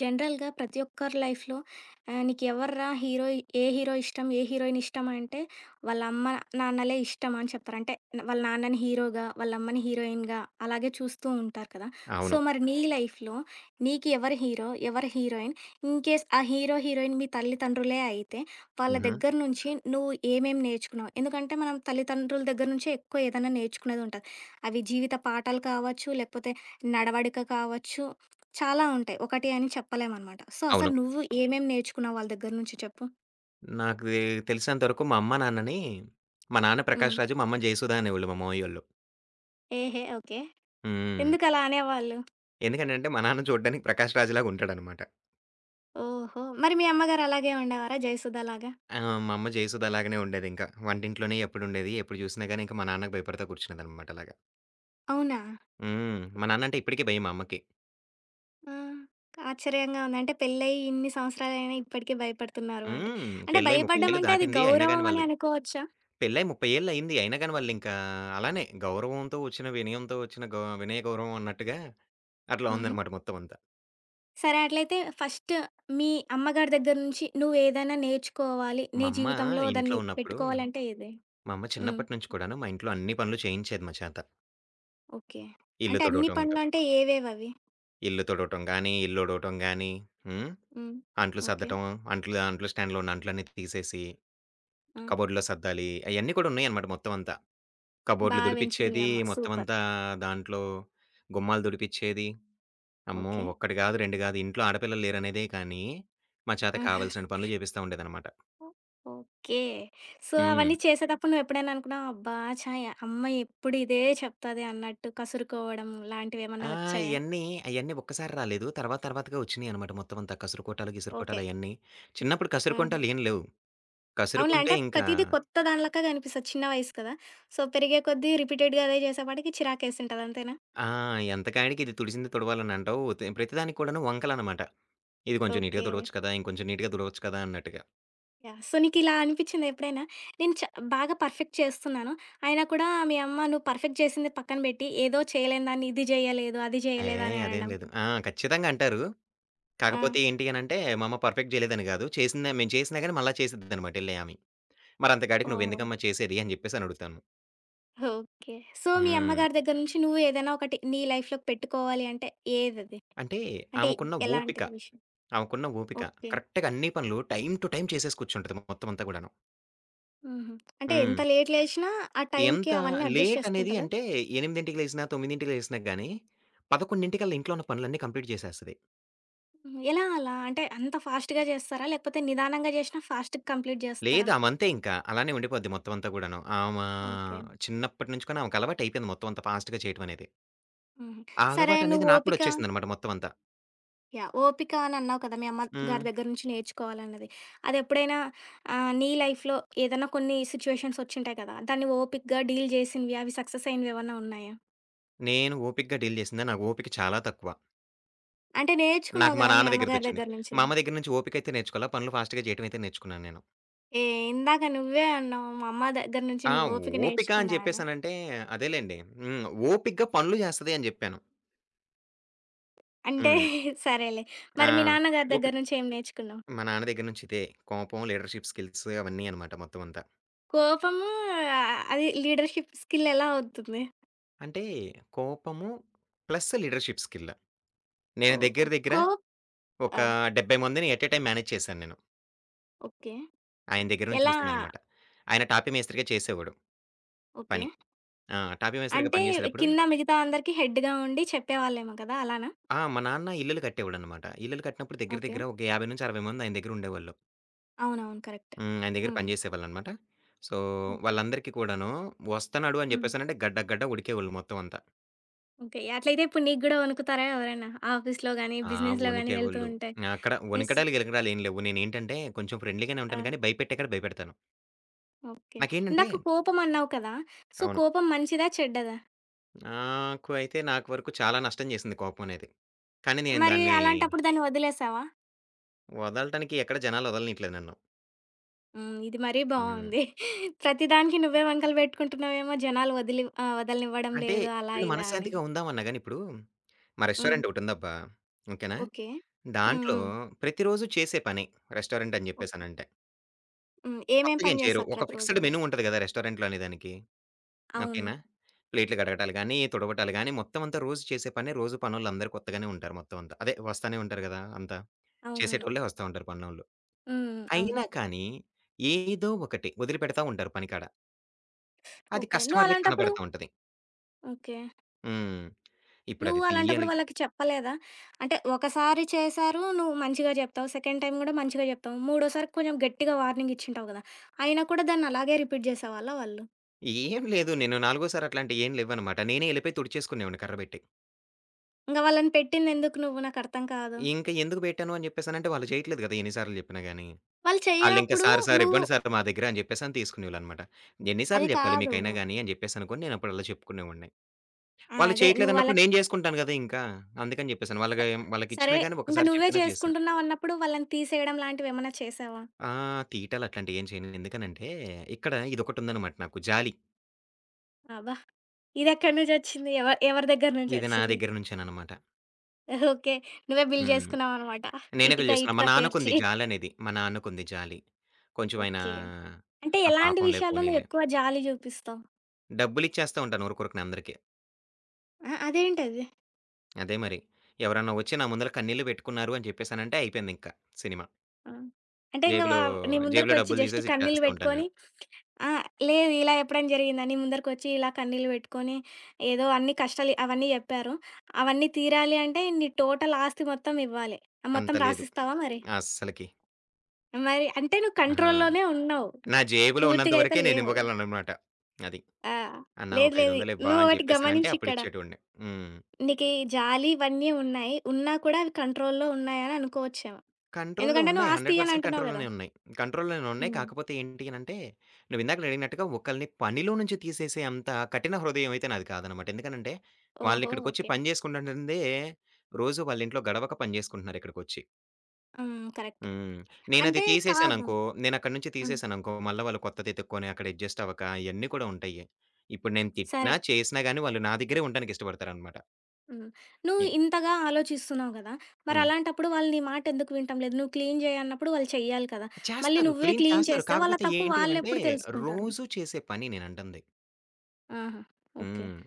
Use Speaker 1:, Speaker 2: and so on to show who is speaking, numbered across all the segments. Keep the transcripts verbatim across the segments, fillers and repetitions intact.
Speaker 1: జనరల్‌గా ప్రతి ఒక్కరి లైఫ్‌లో ఆహ్, నీకెవర్రా హీరో? ఏ హీరో ఇష్టం? ఏ హీరోయిన్ ఇష్టం? అంటే వాళ్ళ అమ్మ, నాన్నలే ఇష్టం అని చెప్తారు. అంటే వాళ్ళ నాన్నని హీరోగా, వాళ్ళ అమ్మని హీరోయిన్‌గా అలాగే చూస్తూ ఉంటారు కదా! సో,
Speaker 2: అవును.
Speaker 1: మరి నీ లైఫ్‌లో నీకు ఎవరు హీరో? ఎవరు హీరోయిన్? ఇన్‌కేస్ ఆ హీరో, హీరోయిన్ మీ తల్లిదండ్రులే అయితే వాళ్ళ
Speaker 2: హుహు.
Speaker 1: దగ్గర నుంచి నువ్వు ఏమేమి నేర్చుకున్నావు? ఎందుకంటే మనం తల్లిదండ్రుల దగ్గర నుంచే ఎక్కువ ఏదైనా నేర్చుకునేది ఉంటది. అవి జీవిత పాఠాలు కావచ్చు, లేకపోతే నడవడిక కావచ్చు, చాలా ఉంటాయి. ఒకటి అని చెప్పలేమనమాట. సో, అసలు
Speaker 2: అవును.
Speaker 1: నువ్వు ఏమేమి నేర్చుకున్నావు వాళ్ళ దగ్గర నుంచి చెప్పు?
Speaker 2: నాకు దె తెలిసినంత వరకు మా అమ్మ, నాన్నని మా నాన్న
Speaker 1: హ్మ్.
Speaker 2: 'ప్రకాష్ రాజు', మా అమ్మ 'జయసుధ' అనేవాళ్ళు మా మావయ్యోళ్ళు.
Speaker 1: ఏహే! ఓకే.
Speaker 2: హ్మ్.
Speaker 1: ఎందుకలా అనేవాళ్ళు?
Speaker 2: ఎందుకనంటే మా నాన్న చూడ్డానికి 'ప్రకాష్ రాజు' లాగా ఉంటాడనమాట.
Speaker 1: ఓహో! మరి మీ అమ్మగారు అలాగే ఉండేవారా? 'జయసుధ' లాగా?
Speaker 2: ఆ! మా అమ్మ 'జయసుధ' లాగానే ఉండేదింక. వంటింట్లోనే ఎప్పుడుండేది, ఎప్పుడు చూసినా గాని ఇంక మా నాన్నకి భయపడతా కూర్చునేదనమాట అలాగా.
Speaker 1: అవునా?
Speaker 2: హ్మ్. మా నాన్న అంటే ఇప్పటికి భయం మా అమ్మకి.
Speaker 1: ఆ! ఆశ్చర్యంగా ఉంది. అంటే పెళ్ళయి ఇన్ని సంవత్సరాలైనా ఇప్పటికి భయపడుతున్నారు అంటే.
Speaker 2: హ్మ్.
Speaker 1: అంటే
Speaker 2: పెళ్లై 30
Speaker 1: భయపడ్డం
Speaker 2: ఏళ్ళు
Speaker 1: అంటే అది
Speaker 2: దాటింది. అయినా గాని
Speaker 1: గౌరవం అని
Speaker 2: వాళ్ళు
Speaker 1: అనుకోవచ్చా?
Speaker 2: పెళ్లై ముప్పై ఏళ్లయింది. అయినా గాని వాళ్ళింకా అలానే గౌరవంతో వచ్చిన, వినయంతో వచ్చిన గౌ వినయ గౌరవం అన్నట్టుగా అట్లా
Speaker 1: హుహు.
Speaker 2: ఉందనమాట మొత్తం అంతా.
Speaker 1: సరే అట్లయితే ఫస్ట్ మీ అమ్మగారి దగ్గర నుంచి నువ్వేదైనా నేర్చుకోవాలి, నీ
Speaker 2: మా అమ్మ
Speaker 1: జీవితంలో
Speaker 2: ఇంట్లో
Speaker 1: దాన్ని
Speaker 2: ఉన్నప్పుడు,
Speaker 1: పెట్టుకోవాలంటే ఏది?
Speaker 2: మా అమ్మ
Speaker 1: హ్మ్.
Speaker 2: చిన్నప్పటి నుంచి కూడాను మా ఇంట్లో అన్ని పనులు చేయించేది మా చేత.
Speaker 1: ఓకే.
Speaker 2: ఇల్లు
Speaker 1: అంటే అన్ని
Speaker 2: తుడవటం
Speaker 1: పనులంటే ఏవేవవి?
Speaker 2: ఇల్లు తుడవటం గానీ, ఇల్లుడవటం గానీ, హ్మ్.
Speaker 1: హ్మ్.
Speaker 2: అంట్లు
Speaker 1: ఓకే.
Speaker 2: సర్దటం, అంట్లు అంట్లు స్టాండ్‌లో ఉన్న అంట్లన్నీ తీసేసి,
Speaker 1: ఆ!
Speaker 2: కబోర్డ్‌లో సర్దాలి. అయన్నీ కూడా ఉన్నాయన్నమాట మొత్తం అంతా.
Speaker 1: బా
Speaker 2: కబోర్డ్‌లు
Speaker 1: పెంచింది మీ
Speaker 2: దుడిపిచ్చేది,
Speaker 1: అమ్మ.
Speaker 2: మొత్తం
Speaker 1: సూపర్.
Speaker 2: అంతా దాంట్లో గుమ్మాలు దుడిపిచ్చేది. అమ్మో!
Speaker 1: ఓకే.
Speaker 2: ఒక్కటి కాదు, రెండు కాదు ఇంట్లో ఆడపిల్లలు లేరనేదే కానీ, మా చేత
Speaker 1: ఆ!
Speaker 2: కావాల్సిన పనులు చేపిస్తా ఉండేదన్నమాట.
Speaker 1: ఓకే. సో,
Speaker 2: హ్మ్.
Speaker 1: అవన్నీ చేసేటప్పుడు నువ్వెప్పుడైనా అనుకున్నావా? అబ్బా! ఛాయ అమ్మ ఎప్పుడు ఇదే చెప్తది అన్నట్టు కసురుకోవడం లాంటివేమన్నా
Speaker 2: ఆ!
Speaker 1: వచ్చాయా?
Speaker 2: ఇయన్నీ, అయన్నీ ఒక్కసారి రాలేదు. తర్వాత తర్వాతగా వచ్చినియనమాట మొత్తమంతా. కసురుకోటాలు,
Speaker 1: ఓకే.
Speaker 2: గిసురుకోటాలు అయన్నీ. చిన్నప్పుడు
Speaker 1: ఆహా!
Speaker 2: కసురుకుంటాలేం లేవు.
Speaker 1: అవునులే.
Speaker 2: కసురుకుంటే
Speaker 1: అంటే
Speaker 2: ఇంకా
Speaker 1: ప్రతీదీ కొత్త దానిలెక్క కనిపిస్తది. చిన్న వయసు కదా! సో, పెరిగే కొద్దీ రిపీటెడ్‌గా అదే చేసేపాటికి చిరాకేసింటది అంతేనా?
Speaker 2: ఆ! ఎంతకాడికి ఇది తుడిసింది తుడవాలనంటావు. తి ప్రతిదానికి కూడాను వంకలనమాట. ఇది కొంచెం నీట్‌గా
Speaker 1: ఓకే.
Speaker 2: తుడవచ్చు కదా! ఇంకొంచెం నీట్‌గా తుడవచ్చు కదా! అన్నట్టుగా.
Speaker 1: యాహ్! సో, నీకిలా అనిపిచ్చిందా ఎప్పుడైనా? నేను చ బాగా పర్ఫెక్ట్ చేస్తున్నాను. అయినా కూడా మీ అమ్మ నువ్వు పర్ఫెక్ట్ చేసింది పక్కన బెట్టి, ఏదో చేయలేని దాన్ని ఇది జేయలేదు, అది జేయలేదు అని
Speaker 2: ఏహ్! అదేం
Speaker 1: అనడం.
Speaker 2: లేదు. ఆ! ఖచ్చితంగా అంటారు.
Speaker 1: ఆ!
Speaker 2: కాకపోతే ఏంటి అనంటే, మా అమ్మ పర్ఫెక్ట్ జేయలేదని గాదు. చేసిందే మేము చేసినా గాని మళ్ళా చేసిద్దనమాట ఎళ్లి ఆమె. మరంతకాడికి
Speaker 1: ఓహో!
Speaker 2: నువ్వెందుకమ్మా చేసేది అని జెప్పేసనడుగుతాను.
Speaker 1: ఓకే. సో, మీ
Speaker 2: హ్మ్.
Speaker 1: అమ్మగారి దగ్గర నుంచి నువ్వు ఏదైనా ఒకటి నీ లైఫ్‌లోకి పెట్టుకోవాలి అంటే ఏదది?
Speaker 2: అంటే
Speaker 1: అంటే
Speaker 2: ఆమెకున్న ఓపిక.
Speaker 1: ఎలాంటిది విషయం?
Speaker 2: ఆమెకున్న ఓపిక.
Speaker 1: ఓకే.
Speaker 2: కరెక్ట్‌గా అన్ని పనులు టైమ్ టు టైమ్ చేసేసి కూర్చుంటది మొత్తం అంతా కూడాను.
Speaker 1: హుహు. అంటే
Speaker 2: హ్మ్.
Speaker 1: ఎంత లేట్ లేషినా ఆ టైంకి
Speaker 2: ఎంత
Speaker 1: అవన్నీ అడ్జస్ట్
Speaker 2: లేట్ అనేది
Speaker 1: చేసుకుంటదా?
Speaker 2: అంటే 8కి లేసినా, 9కి లేసినా గాని 11కల్లా ఇంట్లో ఉన్న పనులన్నీ కంప్లీట్ చేసేస్తది.
Speaker 1: హ్మ్. ఎలా అలా? అంటే అంత ఫాస్ట్‌గా జేస్తారా? లేకపోతే నిదానంగా జేషినా ఫాస్ట్‌గా కంప్లీట్
Speaker 2: లేదు
Speaker 1: జేస్తారా?
Speaker 2: ఆమంతే ఇంకా. అలానే ఉండిపోద్ది మొత్తం అంతా కూడాను. ఆమ
Speaker 1: ఓకే.
Speaker 2: చిన్నప్పటి నుంచి కూడా ఆమెకు అలవాటయిపోయింది మొత్తం అంతా ఫాస్ట్‌గా చేయటం అనేది.
Speaker 1: హుహు.
Speaker 2: ఆ
Speaker 1: సరే
Speaker 2: అలవాటనేది
Speaker 1: నువ్వు
Speaker 2: నాకు కూడా
Speaker 1: ఓపిక
Speaker 2: వచ్చేసిందనమాట మొత్తం అంతా.
Speaker 1: యాహ్! ఓపిక అని అన్నావు కదా! మీ అమ్మ
Speaker 2: హ్మ్.
Speaker 1: గారి దగ్గర నుంచి నేర్చుకోవాలన్నది. అది ఎప్పుడైనా ఆహ్, నీ లైఫ్‌లో ఏదన్నా కొన్ని సిట్యుయేషన్స్ వచ్చుంటాయి కదా! దాన్ని ఓపికగా డీల్ చేసినవి, అవి సక్సెస్ అయినవేమన్నా ఉన్నాయా?
Speaker 2: నేను ఓపికగా డీల్ చేసిందా? నాకు ఓపిక చాలా తక్కువ.
Speaker 1: అంటే నేర్చుకున్నావు
Speaker 2: నాకు మా
Speaker 1: కదా! మీ
Speaker 2: నాన్న దగ్గర
Speaker 1: అమ్మగారి
Speaker 2: తెచ్చింది.
Speaker 1: దగ్గర నుంచి.
Speaker 2: మా అమ్మ దగ్గర నుంచి ఓపికైతే నేర్చుకోలా. పనులు ఫాస్ట్‌గా చేయటం అయితే నేర్చుకున్నాను నేను.
Speaker 1: ఏ ఇందాక నువ్వే అన్నావు. మా అమ్మ దగ్గర నుంచి
Speaker 2: ఆ!
Speaker 1: నేను ఓపిక
Speaker 2: ఓపిక అని
Speaker 1: నేర్చుకున్నా అని.
Speaker 2: చెప్పేసనంటే అదేలెండి. హ్మ్. ఓపికగా పనులు జేస్తది అని జెప్పాను.
Speaker 1: అంటే
Speaker 2: హ్మ్.
Speaker 1: సరేలే.
Speaker 2: ఆ!
Speaker 1: మరి మీ నాన్నగారి
Speaker 2: ఓపి
Speaker 1: దగ్గర నుంచి ఏం నేర్చుకున్నావు?
Speaker 2: మా నాన్న దగ్గర నుంచి ఇదే కోపం, లీడర్‌షిప్ స్కిల్స్ అవన్నీ అనమాట మొత్తం అంతా.
Speaker 1: కోపము? ఆహ్, అది లీడర్‌షిప్ స్కిల్ ఎలా అవుతుంది?
Speaker 2: అంటే కోపము ప్లస్ లీడర్‌షిప్ స్కిల్. నేను
Speaker 1: ఓహో!
Speaker 2: దగ్గర దగ్గర
Speaker 1: కోప్
Speaker 2: ఒక
Speaker 1: ఆ!
Speaker 2: డెబ్బై మందిని ఎట్ ఎ టైమ్ మేనేజ్ చేశాను నేను.
Speaker 1: ఓకే.
Speaker 2: ఆయన దగ్గర నుంచి
Speaker 1: ఎలా?
Speaker 2: చూసిందనమాట. ఆయన టాపీ మేస్త్రిగా చేసేవాడు
Speaker 1: ఓకే.
Speaker 2: పని. ఆ! టాపీ మేస్త్రిగా
Speaker 1: అంటే
Speaker 2: పని జేసేటప్పుడు
Speaker 1: కింద మిగతా అందరికి హెడ్‌గా ఉండి చెప్పేవాళ్ళేమో కదా! అలానా?
Speaker 2: ఆ! మా నాన్న ఇల్లులు కట్టేవాడనమాట. ఇల్లులు కట్టినప్పుడు దగ్గర
Speaker 1: ఓకే.
Speaker 2: దగ్గర ఒక యాభై అరవై మంది ఆయన దగ్గర ఉండేవాళ్ళు.
Speaker 1: అవునవును. కరెక్ట్.
Speaker 2: హ్మ్. ఆయన దగ్గర
Speaker 1: హ్మ్.
Speaker 2: పని జేసేవాళ్ళనమాట. So,
Speaker 1: okay.
Speaker 2: వాళ్ళందరికీ కూడాను వస్తన్నాడు అని
Speaker 1: హ్మ్.
Speaker 2: జెప్పేసనంటే గడ్డ గడ్డ ఉడికేవోళ్ళు మొత్తం అంతా.
Speaker 1: ఓకే. అట్లయితే ఇప్పుడు నీకు గూడా వణుకుతారా ఎవరైనా? ఆఫీస్‌లో గాని,
Speaker 2: ఆ!
Speaker 1: బిజినెస్‌లో గాని వెళ్తూ
Speaker 2: వొణికేవోళ్ళు.
Speaker 1: ఉంటే?
Speaker 2: అక్కడ
Speaker 1: యెస్.
Speaker 2: వొణకడాలు, గిలకడాలు ఏం లేవు. నేనేంటంటే కొంచెం ఫ్రెండ్లీగానే
Speaker 1: ఆ!
Speaker 2: ఉంటాను గానీ, భయపెట్టే కాడ భయపెడతాను.
Speaker 1: ఓకే.
Speaker 2: నాకేంటంటే
Speaker 1: ఇందాక కోపం అన్నావు కదా! సో,
Speaker 2: అవును.
Speaker 1: కోపం మంచిదా? చెడ్డదా?
Speaker 2: నాకు అయితే నాకు వరకు చాలా నష్టం జేసింది కోపం అనేది. కానీ నేను
Speaker 1: మరి
Speaker 2: దాన్ని
Speaker 1: అలాంటప్పుడు దాన్ని వదిలేసావా?
Speaker 2: వదలటానికి ఎక్కడ జనాలు వదలనీయట్లేదు నన్ను.
Speaker 1: హ్మ్. ఇది మరీ
Speaker 2: హ్మ్.
Speaker 1: బావుంది. ప్రతి దానికి నువ్వే వంకలు పెట్టుకుంటున్నావేమో జనాలు వదిలి ఆహ్, వదలనివ్వడం
Speaker 2: అంటే
Speaker 1: లేదు అలా
Speaker 2: నేను
Speaker 1: ఇలా అని.
Speaker 2: మనశ్శాంతిగా ఉందామన్నా గాని ఇప్పుడు మా
Speaker 1: హ్మ్.
Speaker 2: రెస్టారెంట్ ఒకటుందబ్బా! ఓకేనా?
Speaker 1: ఓకే. హ్మ్.
Speaker 2: దాంట్లో
Speaker 1: హ్మ్.
Speaker 2: ప్రతిరోజు చేసే పనే రెస్టారెంట్ అని
Speaker 1: ఓకే.
Speaker 2: జెప్పేసనంటే.
Speaker 1: హ్మ్. ఏమేం
Speaker 2: కొత్తగా ఏం
Speaker 1: పని
Speaker 2: చేయరు.
Speaker 1: జేస్తారు
Speaker 2: ఒక
Speaker 1: ప్రతిరోజు?
Speaker 2: ఫిక్స్‌డ్ మెనూ ఉంటది గదా! రెస్టారెంట్‌లో అనే దానికి.
Speaker 1: అవును.
Speaker 2: ఓకేనా? ప్లేట్లు కడగటాలు గాని, తుడవటాలు గాని మొత్తం అంతా రోజు చేసే పనే. రోజు పనోళ్ళందరూ కొత్తగానే ఉంటారు మొత్తం అంతా. అదే వస్తానే ఉంటారు గదా! అంతా.
Speaker 1: అవునవును.
Speaker 2: చేసేటోళ్ళే వస్తా ఉంటారు పనోళ్ళు.
Speaker 1: హ్మ్. అవును.
Speaker 2: అయినా కానీ ఏదో ఒకటి వదిలిపెడతా ఉంటారు పని కాడ. అది
Speaker 1: ఓకే.
Speaker 2: కస్టమర్‌లకి
Speaker 1: నువ్వలాంటప్పుడు
Speaker 2: కనపడతా ఉంటది.
Speaker 1: ఓకే.
Speaker 2: హ్మ్.
Speaker 1: నువ్వు
Speaker 2: ఇప్పుడది
Speaker 1: అలాంటప్పుడు
Speaker 2: తీయాలి.
Speaker 1: వాళ్ళకి చెప్పలేదా? అంటే ఒకసారి చేశారు, నువ్వు మంచిగా జెప్తావు. సెకండ్ టైమ్ గూడా మంచిగా జెప్తావు. మూడోసారి కొంచెం గట్టిగా వార్నింగ్ ఇచ్చింటావు గదా! అయినా కూడా దాన్ని అలాగే రిపీట్ జేసేవాళ్ళా వాళ్ళు?
Speaker 2: ఏం లేదు. నేను నాలుగోసారి అట్లాంటియి ఏం లెవ్వనమాట. నేనే ఎళ్ళిపోయి తుడిచేసుకునేవాడిని కర్ర బెట్టి.
Speaker 1: ఇంగ వాళ్ళని పెట్టిందెందుకు నువ్వు నాకర్థం కాదు.
Speaker 2: ఇంక ఎందుకు బెట్టాను అని జెప్పేసనంటే వాళ్ళు చేయట్లేదు గదా! ఎన్ని సార్లు జెప్పినా గాని.
Speaker 1: వాళ్ళు
Speaker 2: ఆళ్ళింకా
Speaker 1: చెయ్యనప్పుడు
Speaker 2: "సార్ సార్
Speaker 1: నువ్వు
Speaker 2: ఇవ్వండి సార్ మా దగ్గర" అని చెప్పేసని తీసుకునేవాళ్ళనమాట. ఎన్ని
Speaker 1: అది
Speaker 2: సార్లు చెప్పాలి
Speaker 1: కాదు.
Speaker 2: మీకైనా గాని అని చెప్పేసనుకోని నేనప్పుడు అలా చెప్పుకునేవాడిని.
Speaker 1: ఆ!
Speaker 2: వాళ్ళు
Speaker 1: అదే. నువ్వు
Speaker 2: చేయట్లేదన్నప్పుడు
Speaker 1: వాళ్ళకి
Speaker 2: నేను జేసుకుంటాను గదా! ఇంకా. అందుకని చెప్పేసని
Speaker 1: స
Speaker 2: వాళ్ళకి
Speaker 1: సరే
Speaker 2: వాళ్ళకిచ్చినా గాని
Speaker 1: ఇంక
Speaker 2: ఒకసారి
Speaker 1: నువ్వే
Speaker 2: చెప్పినా చేసినా.
Speaker 1: చేసుకుంటున్నావన్నప్పుడు వాళ్ళని తీసేయడం లాంటివేమన్నా చేశావా?
Speaker 2: ఆ! తీయటాలు అట్లాంటియేం చేయను. ఎందుకనంటే ఇక్కడ ఇదొకటుందనమాట నాకు జాలి.
Speaker 1: అబ్బా! ఇదెక్కడి నుంచొచ్చింది? ఎవ ఎవరి దగ్గర
Speaker 2: ఇది నా
Speaker 1: నుంచొచ్చింది?
Speaker 2: దగ్గర నుంచేననమాట.
Speaker 1: ఓకే. నువ్వే బిల్డ్
Speaker 2: హ్మ్.
Speaker 1: జేసుకున్నావనమాట.
Speaker 2: నేనే
Speaker 1: ఇటుక,
Speaker 2: పెళ్లి చేసుకున్నా.
Speaker 1: ఇటుక
Speaker 2: మా
Speaker 1: పేర్చి.
Speaker 2: నాన్నకుంది జాలనేది. మా నాన్నకుంది జాలి. కొంచెం ఆయన
Speaker 1: ఓకే. అంటే
Speaker 2: ఆ!
Speaker 1: ఎలాంటి
Speaker 2: పాపంలే
Speaker 1: విషయాల్లో
Speaker 2: పోనీలే.
Speaker 1: నువ్వెక్కువ జాలి జూపిస్తావు?
Speaker 2: డబ్బులిచ్చేస్తా ఉంటాను ఉరుకురుకన అందరికి.
Speaker 1: ఆ! అదేంటది?
Speaker 2: అదే మరి. ఎవరన్నా వచ్చి నా ముందల కన్నీళ్లు పెట్టుకున్నారు అని చెప్పేసనంటే అయిపోయిందింక సినిమా.
Speaker 1: ఆ! అంటే ఇంగ వ
Speaker 2: జేబులో,
Speaker 1: నీ
Speaker 2: జేబులో
Speaker 1: ముందరకొచ్చి
Speaker 2: డబ్బులు
Speaker 1: జస్ట్
Speaker 2: తీసేసి
Speaker 1: కన్నీళ్ళు
Speaker 2: ఇచ్చేస్తూ ఉంటాను
Speaker 1: బెట్టుకొని
Speaker 2: నేను.
Speaker 1: ఆ! లేదు ఇలా ఎప్పుడైనా జరిగిందా? నీ ముందరకొచ్చి ఇలా కన్నీళ్ళు బెట్టుకొని ఏదో అన్ని కష్టాలు అవన్నీ జెప్పారు. అవన్నీ తీరాలి అంటే నీ టోటల్ ఆస్తి మొత్తం ఇవ్వాలి. ఆ
Speaker 2: అంత
Speaker 1: మొత్తం
Speaker 2: లేదు
Speaker 1: రాసిస్తావా మరి?
Speaker 2: అస్సలకి.
Speaker 1: మరి అంటే నువ్వు
Speaker 2: ఆహా!
Speaker 1: కంట్రోల్‌లోనే ఉన్నావు.
Speaker 2: నా జేబులో ఉన్నంత
Speaker 1: పూర్తిగా అయితే
Speaker 2: వరకే
Speaker 1: లేవు.
Speaker 2: నేనివ్వగలననమాట. అది.
Speaker 1: ఆ!
Speaker 2: "అన్నా
Speaker 1: లేదు
Speaker 2: ఒక
Speaker 1: లేదు.
Speaker 2: ఐదు వందలు ఇవ్వా" అని
Speaker 1: నువ్వొకటి
Speaker 2: చెప్పేసనంటే
Speaker 1: గమనించిక్కడ.
Speaker 2: అప్పుడిచ్చేటోడిని. హ్మ్.
Speaker 1: నీకీ జాలి ఇవన్నీ ఉన్నాయి. ఉన్నా కూడా అవి కంట్రోల్‌లో ఉన్నాయని అనుకోవచ్చేమో.
Speaker 2: కంట్రోల్‌లో
Speaker 1: ఎందుకంటే నువ్వు
Speaker 2: ఉన్నాయి.
Speaker 1: ఆస్తి
Speaker 2: వంద శాతం
Speaker 1: ఇయ్యనంటున్నావు గదా!
Speaker 2: కంట్రోల్‌లోనే ఉన్నాయి. కంట్రోల్‌లోనే ఉన్నాయి.
Speaker 1: హ్మ్.
Speaker 2: కాకపోతే ఏంటి అనంటే, నువ్వు ఇందాకడ అడిగినట్టుగా ఒకళ్ళని పనిలో నుంచి తీసేసే అంత కఠిన హృదయం అయితే నాది కాదనమాట. ఎందుకనంటే,
Speaker 1: ఓహో!
Speaker 2: వాళ్ళిక్కడికొచ్చి
Speaker 1: ఓకే.
Speaker 2: పని చేసుకుంటుంటుందే రోజు వాళ్ళ ఇంట్లో గడవక పని చేసుకుంటున్నారు ఇక్కడికొచ్చి.
Speaker 1: హ్మ్. కరెక్ట్.
Speaker 2: హ్మ్. నేనది
Speaker 1: అంటే కాదు.
Speaker 2: తీసేసాననుకో, నేనక్కడి నుంచి
Speaker 1: హ్మ్.
Speaker 2: తీసేసాననుకో, మళ్ళా వాళ్ళు కొత్తది ఎతుక్కొని అక్కడ అడ్జస్ట్ అవ్వక ఇయన్నీ కూడా ఉంటాయి. ఇప్పుడు నేను
Speaker 1: సరే.
Speaker 2: తిట్టినా, చేసినా గాని వాళ్ళు నా దగ్గరే ఉండడానికి ఇష్టపడతారనమాట.
Speaker 1: హ్మ్. నువ్వు
Speaker 2: ఎ
Speaker 1: ఇంతగా ఆలోచిస్తున్నావు గదా!
Speaker 2: హ్మ్.
Speaker 1: మరలాంటప్పుడు వాళ్ళు నీ మాటెందుకు వింటం లేదు? నువ్వు క్లీన్ జెయ్యి అన్నప్పుడు వాళ్ళు చెయ్యాలి కదా! మళ్ళీ
Speaker 2: చేస్తారు.
Speaker 1: నువ్వే
Speaker 2: క్లీన్
Speaker 1: క్లీన్
Speaker 2: చేస్తారు.
Speaker 1: చేస్తే వాళ్ళ
Speaker 2: కాకపోతే
Speaker 1: తప్పు
Speaker 2: ఏంటి అనంటే,
Speaker 1: వాళ్ళెప్పుడు తెలుసుకుంటారు?
Speaker 2: రోజు చేసే పని నేనంటుంది.
Speaker 1: ఆహా! ఓకే.
Speaker 2: హ్మ్.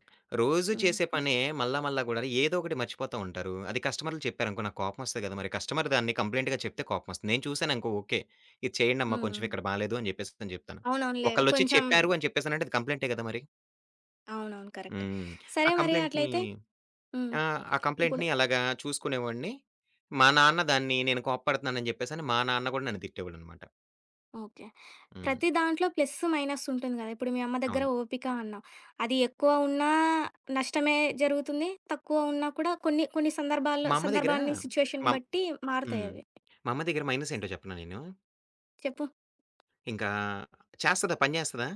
Speaker 2: రోజు
Speaker 1: హ్మ్.
Speaker 2: చేసే పనే మళ్ళా మళ్ళా గూడా ఏదో ఒకటి మర్చిపోతా ఉంటారు. అది కస్టమర్‌లు చెప్పారనుకో నాకు కోపమొస్తది గదా! మరి కస్టమర్ దాన్ని కంప్లెయింట్‌గా చెప్తే కోపమొస్తుంది. నేను చూసాననుకో ఓకే. ఇది చేయండమ్మా
Speaker 1: హ్మ్.
Speaker 2: కొంచెం ఇక్కడ బాలేదు అని జెప్పేసి నేను జెప్తాను.
Speaker 1: అవునవునులే.
Speaker 2: ఒకళ్ళొచ్చి
Speaker 1: కొంచెం
Speaker 2: చెప్పారు అని చెప్పేసనంటే అది కంప్లెయింటే గదా! మరి.
Speaker 1: అవునవును. కరెక్టే.
Speaker 2: హ్మ్. ఆ
Speaker 1: సరే మరి
Speaker 2: కంప్లెయింట్‌ని
Speaker 1: అట్లయితే హ్మ్.
Speaker 2: ఆ! ఆ
Speaker 1: ఇప్పుడు
Speaker 2: కంప్లెయింట్‌ని అలాగా చూసుకునేవాడిని. మా నాన్న దాన్ని నేను కోప్పడుతున్నానని జెప్పేసని మా నాన్న గూడా నన్ను తిట్టేవాడనమాట.
Speaker 1: ఓకే.
Speaker 2: హ్మ్.
Speaker 1: ప్రతి దాంట్లో ప్లస్, మైనస్ ఉంటుంది గదా! ఇప్పుడు మీ అమ్మ దగ్గర
Speaker 2: అవును.
Speaker 1: ఓపిక అన్నావు. అది ఎక్కువ ఉన్నా నష్టమే జరుగుతుంది. తక్కువ ఉన్నా కూడా కొన్ని కొన్ని సందర్భాల్లో
Speaker 2: మా అమ్మ దగ్గర
Speaker 1: సందర్భాన్ని, సిచ్యుయేషన్‌ని
Speaker 2: మం
Speaker 1: బట్టి మారతాయి
Speaker 2: హ్మ్.
Speaker 1: అవి.
Speaker 2: మా అమ్మ దగ్గర మైనస్ ఏంటో చెప్పనా నేను?
Speaker 1: చెప్పు?
Speaker 2: ఇంకా చేస్తదా? పని జేస్తదా?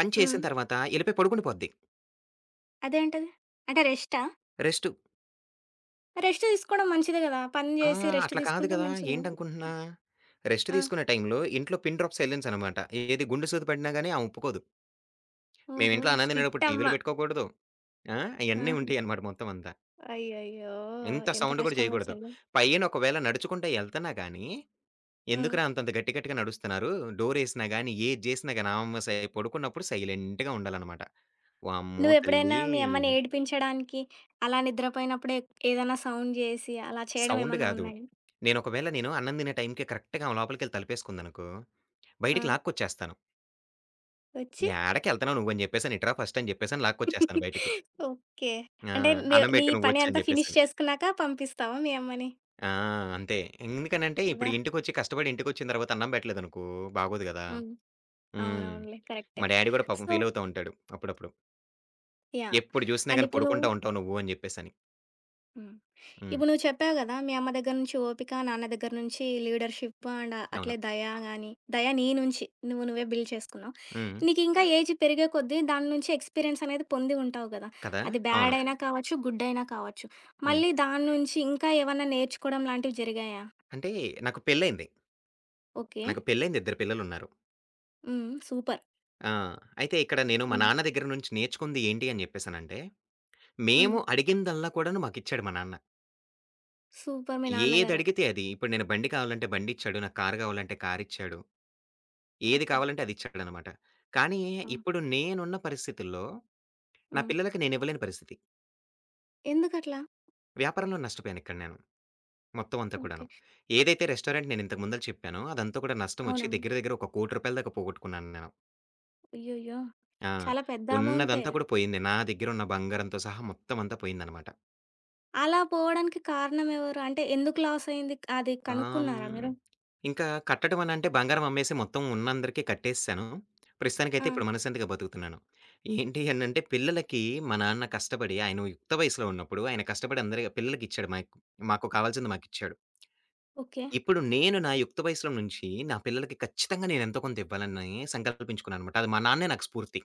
Speaker 2: పని
Speaker 1: హ్మ్.
Speaker 2: చేసిన తర్వాత ఎళ్ళిపోయి పడుకుండి పోద్ది.
Speaker 1: అదేంటది? అంటే రెస్టా?
Speaker 2: రెస్టు.
Speaker 1: రెస్ట్ తీసుకోవడం మంచిదే గదా! పని
Speaker 2: ఆ!
Speaker 1: జేసి రెస్ట్
Speaker 2: అట్లా కాదు
Speaker 1: తీసుకుంటే
Speaker 2: కదా!
Speaker 1: మంచిది.
Speaker 2: ఏంటనుకుంటున్నా? రెస్ట్
Speaker 1: ఆ!
Speaker 2: తీసుకునే టైంలో ఇంట్లో పిన్ డ్రాప్ సైలెన్స్ అనమాట. ఏది గుండు సూది పడినా గాని ఆమె ఒప్పుకోదు. మేము
Speaker 1: ఓహో!
Speaker 2: ఇంట్లో అన్నం తినేటప్పుడు
Speaker 1: స్ట్రిక్ట్
Speaker 2: టీవీలు
Speaker 1: అమ్మ.
Speaker 2: పెట్టుకోకూడదు. ఆ! అయన్నీ
Speaker 1: ఆహా!
Speaker 2: ఉంటాయన్నమాట మొత్తం అంతా.
Speaker 1: అయ్యయ్యో!
Speaker 2: ఇంత
Speaker 1: ఎంత
Speaker 2: సౌండ్ కూడా
Speaker 1: కష్టం
Speaker 2: చేయకూడదు.
Speaker 1: వచ్చిందో.
Speaker 2: పైన ఒకవేళ నడుచుకుంటా ఎళ్తన్నా గాని,
Speaker 1: హ్మ్.
Speaker 2: "ఎందుకురా అంతంత గట్టి గట్టిగా నడుస్తున్నారు? డోరేసినా గాని, ఏది చేసినా గాని" ఆమె సై పడుకున్నప్పుడు సైలెంట్‌గా ఉండాలన్నమాట. వామ్మో
Speaker 1: నువ్వెప్పుడైనా
Speaker 2: తల్లీ!
Speaker 1: మీ అమ్మని ఏడిపించడానికి, అలా నిద్రపోయినప్పుడే ఏదైనా సౌండ్ జేసి, అలా చేయడం
Speaker 2: సౌండ్
Speaker 1: ఏమన్నా
Speaker 2: గాదు.
Speaker 1: ఉన్నాయా?
Speaker 2: నేనొకవేళ నేను అన్నం తినే టైంకి కరెక్ట్‌గా ఆమె లోపలికెళ్ళి తలుపేసుకుందనుకో,
Speaker 1: ఆ!
Speaker 2: బయటికి లాక్కొచ్చేస్తాను.
Speaker 1: వచ్చి
Speaker 2: "యాడకెళ్తన్నావు నువ్వని చెప్పేసని, ఇటురా ఫస్ట్" అని చెప్పేసని లాక్కొచ్చేస్తాను బయటికి.
Speaker 1: ఓకే.
Speaker 2: ఆ!
Speaker 1: అంటే నీ
Speaker 2: "అన్నం
Speaker 1: నీ
Speaker 2: పెట్టు
Speaker 1: పని
Speaker 2: నువ్వొచ్చి" అని
Speaker 1: అంతా ఫినిష్
Speaker 2: చెప్పేసని.
Speaker 1: చేసుకున్నాక పంపిస్తావా మీ అమ్మని?
Speaker 2: ఆ! అంతే. ఎందుకనంటే,
Speaker 1: అబ్బా!
Speaker 2: ఇప్పుడు ఇంటికొచ్చి కష్టపడి ఇంటికొచ్చిన తర్వాత అన్నం పెట్టలేదనుకో బాగోదు గదా!
Speaker 1: హ్మ్.
Speaker 2: హ్మ్.
Speaker 1: అవునవునులే. కరెక్టే.
Speaker 2: మా డ్యాడీ గూడా పాపం
Speaker 1: సో
Speaker 2: ఫీలవుతా ఉంటాడు అప్పుడప్పుడు.
Speaker 1: యాహ్!
Speaker 2: "ఎప్పుడు జూసినా
Speaker 1: అండ్
Speaker 2: గాని
Speaker 1: ఇప్పుడు
Speaker 2: పడుకుంటా ఉంటావు నువ్వు" అని చెప్పేసని.
Speaker 1: హ్మ్.
Speaker 2: హ్మ్.
Speaker 1: ఇప్పుడు నువ్వు చెప్పావు గదా! మీ అమ్మ దగ్గర నుంచి ఓపిక, నాన్న దగ్గర నుంచి లీడర్‌షిప్ అండ్ అట్లే
Speaker 2: అవును.
Speaker 1: దయ గాని, దయ నీ నుంచి నువ్వు నువ్వే బిల్డ్ చేసుకున్నావు.
Speaker 2: హ్మ్.
Speaker 1: నీకింకా ఏజ్ పెరిగే కొద్దీ దాని నుంచి ఎక్స్‌పీరియన్స్ అనేది పొంది ఉంటావు గదా!
Speaker 2: కదా!
Speaker 1: అది
Speaker 2: అవును.
Speaker 1: బ్యాడ్ అయినా కావచ్చు, గుడ్ అయినా కావచ్చు.
Speaker 2: హ్మ్.
Speaker 1: మళ్ళీ దాని నుంచి ఇంకా ఏమన్నా నేర్చుకోవడం లాంటివి జరిగాయా?
Speaker 2: అంటే నాకు పెళ్లయింది.
Speaker 1: ఓకే.
Speaker 2: నాకు పెళ్లయింది. ఇద్దరు పిల్లలున్నారు.
Speaker 1: హ్మ్. సూపర్.
Speaker 2: ఆ! అయితే ఇక్కడ నేను మా
Speaker 1: హ్మ్.
Speaker 2: నాన్న దగ్గర నుంచి నేర్చుకుంది ఏంటి అని జెప్పేసనంటే,
Speaker 1: హ్మ్.
Speaker 2: మేము అడిగిందల్లా కూడాను మాకిచ్చాడు మా నాన్న.
Speaker 1: సూపర్ మీ నాన్నగారు.
Speaker 2: ఏదడిగితే అది. ఇప్పుడు నేను బండి కావాలంటే బండిచ్చాడు. నాకు కారు గావాలంటే కారిచ్చాడు. ఏది
Speaker 1: ఓకే.
Speaker 2: కావాలంటే అదిచ్చాడనమాట. కానీ
Speaker 1: హ్మ్.
Speaker 2: ఇప్పుడు నేనున్న పరిస్థితుల్లో నా
Speaker 1: హ్మ్.
Speaker 2: పిల్లలకి నేనివ్వలేని పరిస్థితి.
Speaker 1: ఎందుకట్లా?
Speaker 2: వ్యాపారంలో నష్టపోయానిక్కడ నేను. మొత్తం అంతా కూడాను.
Speaker 1: ఓకే.
Speaker 2: ఏదైతే రెస్టారెంట్ నేనింతకు ముందల చెప్పానో అదంతా కూడా నష్టమొచ్చి
Speaker 1: అవునవును.
Speaker 2: దగ్గర దగ్గర ఒక రూ. 1,00,00,000 దాకా పోగొట్టుకున్నాను నేను.
Speaker 1: అయ్యయ్యో!
Speaker 2: ఆ!
Speaker 1: చాలా పెద్ద అమౌంటే.
Speaker 2: ఉన్నదంతా కూడా పోయింది. నా దగ్గరున్న బంగారంతో సహా మొత్తం అంతా పోయిందనమాట.
Speaker 1: అలా పోవడానికి కారణం ఎవరు? అంటే ఎందుకు లాస్ అయింది? అది
Speaker 2: ఆ!
Speaker 1: కనుక్కున్నారా
Speaker 2: హ్మ్.
Speaker 1: మీరు?
Speaker 2: ఇంకా కట్టడం అనంటే బంగారం అమ్మేసి మొత్తం ఉన్నందరికీ కట్టేసేసాను.
Speaker 1: ఆ!
Speaker 2: ప్రస్తుతానికైతే ఇప్పుడు మనశ్శాంతిగా బతుకుతున్నాను. ఏంటి అనంటే పిల్లలకి మా నాన్న కష్టపడి ఆయన యుక్త వయసులో ఉన్నప్పుడు ఆయన కష్టపడి అందరి పిల్లలకిచ్చాడు. మాకు మాకు కావాల్సింది మాకిచ్చాడు.
Speaker 1: ఓకే.
Speaker 2: ఇప్పుడు నేను నా యుక్త వయసులో నుంచి నా పిల్లలకి ఖచ్చితంగా నేను ఎంతో కొంత ఇవ్వాలని సంకల్పించుకున్నాననమాట. అది మా నాన్నే నాకు స్ఫూర్తి.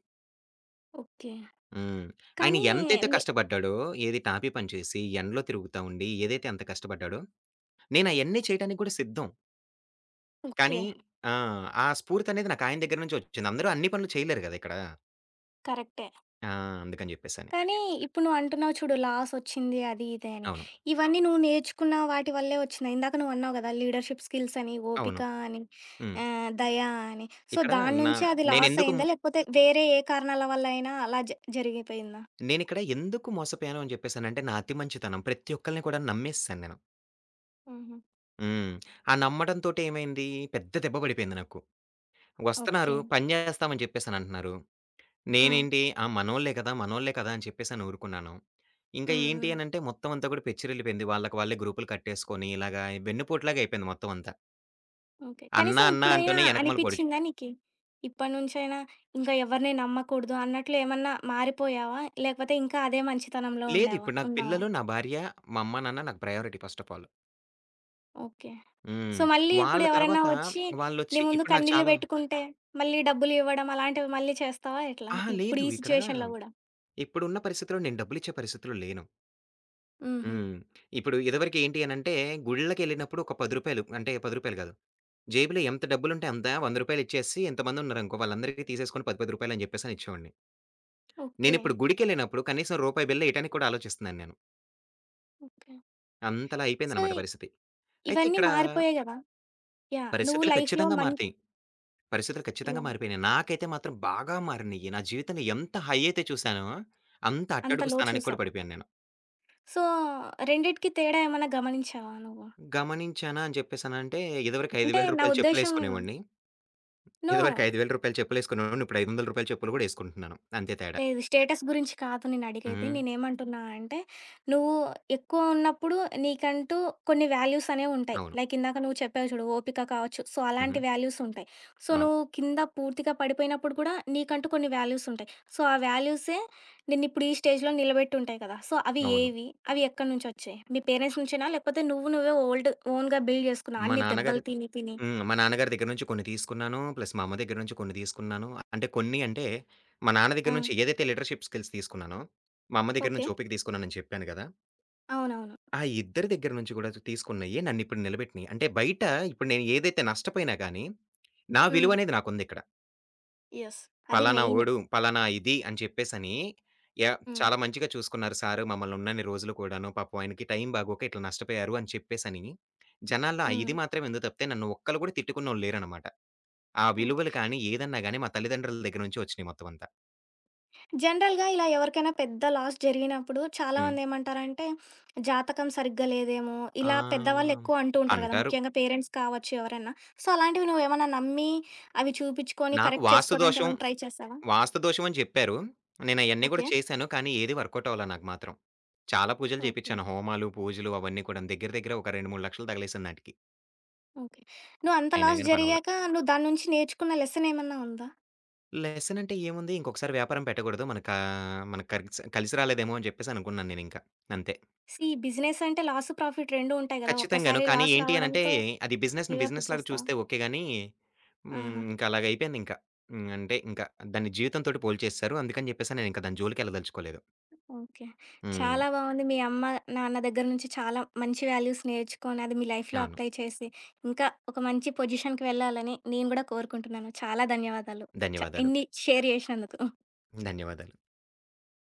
Speaker 1: ఓకే.
Speaker 2: హ్మ్. ఆయన
Speaker 1: కానీ
Speaker 2: ఎంతైతే
Speaker 1: మీ
Speaker 2: కష్టపడ్డాడో ఏది టాపీ పని చేసి ఎండలో తిరుగుతా ఉండి ఏదైతే అంత కష్టపడ్డాడో, నేను అయన్నీ చేయడానికి కూడా సిద్ధం.
Speaker 1: ఓకే.
Speaker 2: కానీ ఆ! ఆ స్ఫూర్తనేది నాకు ఆయన దగ్గర నుంచే వచ్చింది. అందరూ అన్ని పనులు చేయలేరు గదా! ఇక్కడ.
Speaker 1: కరెక్టే.
Speaker 2: ఆ! అందుకని జెప్పేసని.
Speaker 1: కానీ ఇప్పుడు నువ్వు అంటున్నావు చూడు లాస్ వచ్చింది అది ఇది అని.
Speaker 2: అవును.
Speaker 1: ఇవన్నీ నువ్వు నేర్చుకున్న వాటి వల్లే వచ్చినాయి. ఇందాక నువ్వు అన్నావు కదా! లీడర్‌షిప్ స్కిల్స్ అని, ఓపిక
Speaker 2: అవును.
Speaker 1: అని,
Speaker 2: హ్మ్.
Speaker 1: ఆహ్, దయ అని. సో,
Speaker 2: ఇక్కడ
Speaker 1: దాని
Speaker 2: నా
Speaker 1: నుంచి అది లాస్
Speaker 2: నేనెందుకు
Speaker 1: అయిందా? లేకపోతే వేరే ఏ కారణాల వల్ల అయినా అలా జ జరిగిపోయిందా?
Speaker 2: నేనిక్కడ ఎందుకు మోసపోయాను అని జెప్పేసనంటే, నా అతి మంచితనం. ప్రతి ఒక్కళ్ళని కూడా నమ్మేసేసాను నేను.
Speaker 1: హుహు.
Speaker 2: హ్మ్. ఆ నమ్మడంతోటి ఏమైంది, పెద్ద దెబ్బ పడిపోయింది నాకు.
Speaker 1: ఓకే.
Speaker 2: వస్తున్నారు, పని జేస్తామని జెప్పేసనంటున్నారు.
Speaker 1: హ్మ్.
Speaker 2: నేనేంటి ఆ! మనోళ్ళే కదా! మనోళ్ళే కదా! అని చెప్పేసని ఊరుకున్నాను. ఇంకా
Speaker 1: హ్మ్.
Speaker 2: ఏంటి
Speaker 1: హ్మ్.
Speaker 2: అనంటే, మొత్తం అంతా కూడా పెచ్చిరెల్లిపోయింది. వాళ్ళకి వాళ్ళే గ్రూపులు కట్టేసుకొని ఇలాగా వెన్నుపోటులాగా అయిపోయింది మొత్తం అంతా.
Speaker 1: ఓకే.
Speaker 2: అన్న,
Speaker 1: కనీసం
Speaker 2: అన్న
Speaker 1: ఇప్పుడైనా
Speaker 2: అంటూనే ఎనకమాల పొడిచి
Speaker 1: అనిపిచ్చిందా నీకి? ఇప్పటి నుంచైనా ఇంకా ఎవరిని నమ్మకూడదు అన్నట్లు ఏమన్నా మారిపోయావా? లేకపోతే ఇంకా అదే మంచితనంలో
Speaker 2: లేదు
Speaker 1: ఉండావా?
Speaker 2: ఇప్పుడు నాకు
Speaker 1: ఉన్నావా?
Speaker 2: పిల్లలు, నా భార్య, మా అమ్మ, నాన్న నాకు priority first of all.
Speaker 1: Okay. So,
Speaker 2: హ్మ్.
Speaker 1: మళ్ళీ ఇప్పుడు
Speaker 2: వాళ్ళ
Speaker 1: ఎవరైనా
Speaker 2: తర్వాత
Speaker 1: వచ్చి నీ
Speaker 2: వాళ్ళొచ్చి
Speaker 1: ముందు
Speaker 2: ఇప్పుడు నాకు
Speaker 1: కన్నీళ్లు
Speaker 2: చాలా
Speaker 1: పెట్టుకుంటే, మళ్ళీ డబ్బులు ఇవ్వడం అలాంటివి మళ్ళీ చేస్తావా ఎట్లా?
Speaker 2: అహా!
Speaker 1: ఇప్పుడు
Speaker 2: లేదు
Speaker 1: ఈ
Speaker 2: ఇక్కడ
Speaker 1: సిట్యుయేషన్‌లో గూడా?
Speaker 2: ఇప్పుడున్న పరిస్థితిలో నేను డబ్బులిచ్చే పరిస్థితిలో లేను.
Speaker 1: హుహు.
Speaker 2: హ్మ్. ఇప్పుడు ఇదివరకు ఏంటి అనంటే గుళ్ళకెళ్ళినప్పుడు ఒక రూ. పది అంటే రూ. పది కాదు. జేబులో ఎంత డబ్బులుంటే అంత రూ. వంద ఇచ్చేసి ఎంతమంది ఉన్నారనుకో వాళ్ళందరికీ తీసేసుకొని రూ. పది, పది అని చెప్పేసి ఇచ్చేవాడిని.
Speaker 1: ఓకే.
Speaker 2: నేనిప్పుడు గుడికెళ్ళినప్పుడు కనీసం రూపాయి బిల్ల ఇయటానికి కూడా ఆలోచిస్తున్నాను నేను.
Speaker 1: ఓకే.
Speaker 2: అంతలా
Speaker 1: సో,
Speaker 2: అయిపోయిందనమాట పరిస్థితి. అయితే
Speaker 1: ఇవన్నీ
Speaker 2: ఇక్కడ
Speaker 1: మారిపోయాయి గదా! యాహ్! నువ్వు
Speaker 2: పరిస్థితులు
Speaker 1: లైఫ్‌లో
Speaker 2: ఖచ్చితంగా
Speaker 1: మన్
Speaker 2: మారతాయి. పరిస్థితులు ఖచ్చితంగా
Speaker 1: యాహ్!
Speaker 2: మారిపోయినాయి. నాకైతే మాత్రం బాగా మారినియి. నా జీవితంలో ఎంత హై అయితే చూసానో, అంత
Speaker 1: అంత
Speaker 2: అట్టడుగు
Speaker 1: లో
Speaker 2: స్థానానికి కూడా
Speaker 1: చూసావు.
Speaker 2: పడిపోయాను నేను.
Speaker 1: సో, రెండిటికి తేడా ఏమన్నా గమనించావా నువ్వు?
Speaker 2: గమనించానా అని చెప్పేసనంటే, ఇదివరకు రూ.
Speaker 1: అంటే
Speaker 2: 5,000
Speaker 1: నా ఉద్దేశ్యం
Speaker 2: చెప్పులేసుకునేవాడిని.
Speaker 1: నో.
Speaker 2: ఇదివరకు రూ. ఐదు వేలు చెప్పులేసుకునేవాడిని. ఇప్పుడు రూ. ఐదు వందలు చెప్పులు కూడా ఏసుకుంటున్నాను. అంతే తేడా.
Speaker 1: లేదు. స్టేటస్ గురించి కాదు నేనడిగేది.
Speaker 2: హ్మ్.
Speaker 1: నేనేమంటున్నా అంటే, నువ్వు ఎక్కువ ఉన్నప్పుడు నీకంటూ కొన్ని వాల్యూస్ అనేవుంటాయి.
Speaker 2: అవును.
Speaker 1: లైక్ ఇందాక నువ్వు చెప్పావు చూడు, ఓపిక కావచ్చు. సో,
Speaker 2: హుహు.
Speaker 1: అలాంటి వాల్యూసుంటాయి. సో,
Speaker 2: అవును.
Speaker 1: నువ్వు కింద పూర్తిగా పడిపోయినప్పుడు కూడా నీకంటూ కొన్ని వాల్యూసుంటాయి. సో, ఆ వాల్యూసే నిన్నిప్పుడు ఈ స్టేజ్‌లో నిలబెట్టుంటాయి కదా! సో, అవి
Speaker 2: అవును.
Speaker 1: ఏవి? అవి ఎక్కడి నుంచొచ్చాయి? మీ పేరెంట్స్ నుంచేనా? లేకపోతే నువ్వు నువ్వే ఓల్డ్ ఓన్‌గా బిల్డ్ చేసుకున్నావా?
Speaker 2: మా
Speaker 1: అన్ని దెబ్బలు
Speaker 2: నాన్నగారు
Speaker 1: తిని తిని.
Speaker 2: హ్మ్. మా నాన్నగారి దగ్గర నుంచి కొన్ని తీసుకున్నాను. ప్లస్ మా అమ్మ దగ్గర నుంచి కొన్ని తీసుకున్నాను. అంటే కొన్ని అంటే, మా నాన్న
Speaker 1: ఆ!
Speaker 2: దగ్గర నుంచి ఏదైతే లీడర్‌షిప్ స్కిల్స్ తీసుకున్నానో, మా అమ్మ దగ్గర
Speaker 1: ఓకే.
Speaker 2: నుంచి ఓపిక తీసుకున్నానని చెప్పాను కదా!
Speaker 1: అవునవును.
Speaker 2: ఆ ఇద్దరి దగ్గర నుంచి గూడా చు తీసుకున్నయి నన్నిప్పుడు నిలబెట్టినియి. అంటే బయట ఇప్పుడు నేను ఏదైతే నష్టపోయినా గానీ, నా
Speaker 1: హ్మ్.
Speaker 2: విలువనేది నాకుందిక్కడ.
Speaker 1: యెస్. అది
Speaker 2: పలానా
Speaker 1: మెయిన్.
Speaker 2: ఓడు, పలానా ఇది అని చెప్పేసని య
Speaker 1: హ్మ్.
Speaker 2: చాలా మంచిగా చూసుకున్నారు సారు మమ్మల్నున్నన్ని రోజులు కూడాను. పాపం ఆయనకి టైం బాగోక ఇట్లా నష్టపోయారు అని చెప్పేసని, జనాల్లో ఆ
Speaker 1: హ్మ్.
Speaker 2: ఇది మాత్రమే ఉంది తప్పితే నన్ను ఒక్కళ్ళు గూడా తిట్టుకున్నోళ్ళు లేరనమాట. ఆ విలువలు
Speaker 1: ఓకే.
Speaker 2: కానీ, ఏదన్నా గానీ మా తల్లిదండ్రుల దగ్గర నుంచి ఒచ్చినియి మొత్తం అంతా.
Speaker 1: జనరల్‌గా ఇలా ఎవరికైనా పెద్ద లాస్ జరిగినప్పుడు
Speaker 2: హ్మ్.
Speaker 1: చాలామందేమంటారంటే, జాతకం సరిగ్గా లేదేమో, ఇలా
Speaker 2: ఆహ్,
Speaker 1: పెద్దవాళ్ళెక్కువ అంటూ ఉంటారు గదా!
Speaker 2: అంటారు.
Speaker 1: ముఖ్యంగా పేరెంట్స్ కావచ్చు ఎవరైనా. సో, అలాంటివి నువ్వేమన్నా నమ్మి, అవి చూపిచ్చుకొని
Speaker 2: నాకు
Speaker 1: కరెక్ట్
Speaker 2: వాస్తు దోషం
Speaker 1: చేసుకోవడానికేమన్నా ట్రై చేశావా?
Speaker 2: వాస్తు దోషం అని చెప్పారు. నేనయన్నీ గూడా
Speaker 1: ఓకే.
Speaker 2: చేశాను. కానీ ఏది వర్కౌట్ అవ్వలా నాకు మాత్రం. చాలా పూజలు
Speaker 1: ఓకే.
Speaker 2: చేపిచ్చాను. హోమాలు, పూజలు అవన్నీ కూడాను. దగ్గర దగ్గర ఒక రెండు, మూడు లక్షలు తగిలేసింది నాటికి.
Speaker 1: ఓకే. నువ్వు అంత
Speaker 2: అయినా
Speaker 1: లాస్
Speaker 2: గాని పనవ్వల.
Speaker 1: జరిగాక నువ్వు దాని నుంచి నేర్చుకున్న లెసనేమన్నా ఉందా?
Speaker 2: లెసన్ అంటే ఏముంది ఇంకొకసారి వ్యాపారం పెట్టకూడదు. మనకా మన కలిసి కలిసి రాలేదేమో అని చెప్పేసి అనుకున్నాను నేనింకా. అంతే.
Speaker 1: సీ ఈ బిజినెస్ అంటే లాస్, ప్రాఫిట్ రెండు ఉంటాయి గదా!
Speaker 2: ఖచ్చితంగాను.
Speaker 1: ఒక్కసారి
Speaker 2: కానీ
Speaker 1: లాస్
Speaker 2: ఏంటి అనంటే
Speaker 1: రావడంతో
Speaker 2: అది బిజినెస్‌ని
Speaker 1: గివ్ అప్
Speaker 2: బిజినెస్ లాగా
Speaker 1: ఇచ్చేస్తావా?
Speaker 2: చూస్తే ఓకే గానీ హ్మ్.
Speaker 1: ఆహా!
Speaker 2: ఇంక అలాగయిపోయిందింక. హ్మ్. అంటే ఇంక దాన్ని జీవితంతోటి పోల్చేసేశారు. అందుకని చెప్పేసి నేనింక దాని జోలికెళ్ళదలుచుకోలేదు.
Speaker 1: ఓకే.
Speaker 2: హ్మ్.
Speaker 1: చాలా బావుంది. మీ అమ్మ, నాన్న దగ్గర నుంచి చాలా మంచి వాల్యూస్ నేర్చుకొని, అది మీ లైఫ్‌లో
Speaker 2: అవును.
Speaker 1: అప్లై చేసి, ఇంకా ఒక మంచి పొజిషన్‌కి వెళ్ళాలని నేను గూడా కోరుకుంటున్నాను. చాలా ధన్యవాదాలు. చ
Speaker 2: ధన్యవాదాలు.
Speaker 1: ఇన్ని షేర్ జేసినందుకు.
Speaker 2: ధన్యవాదాలు.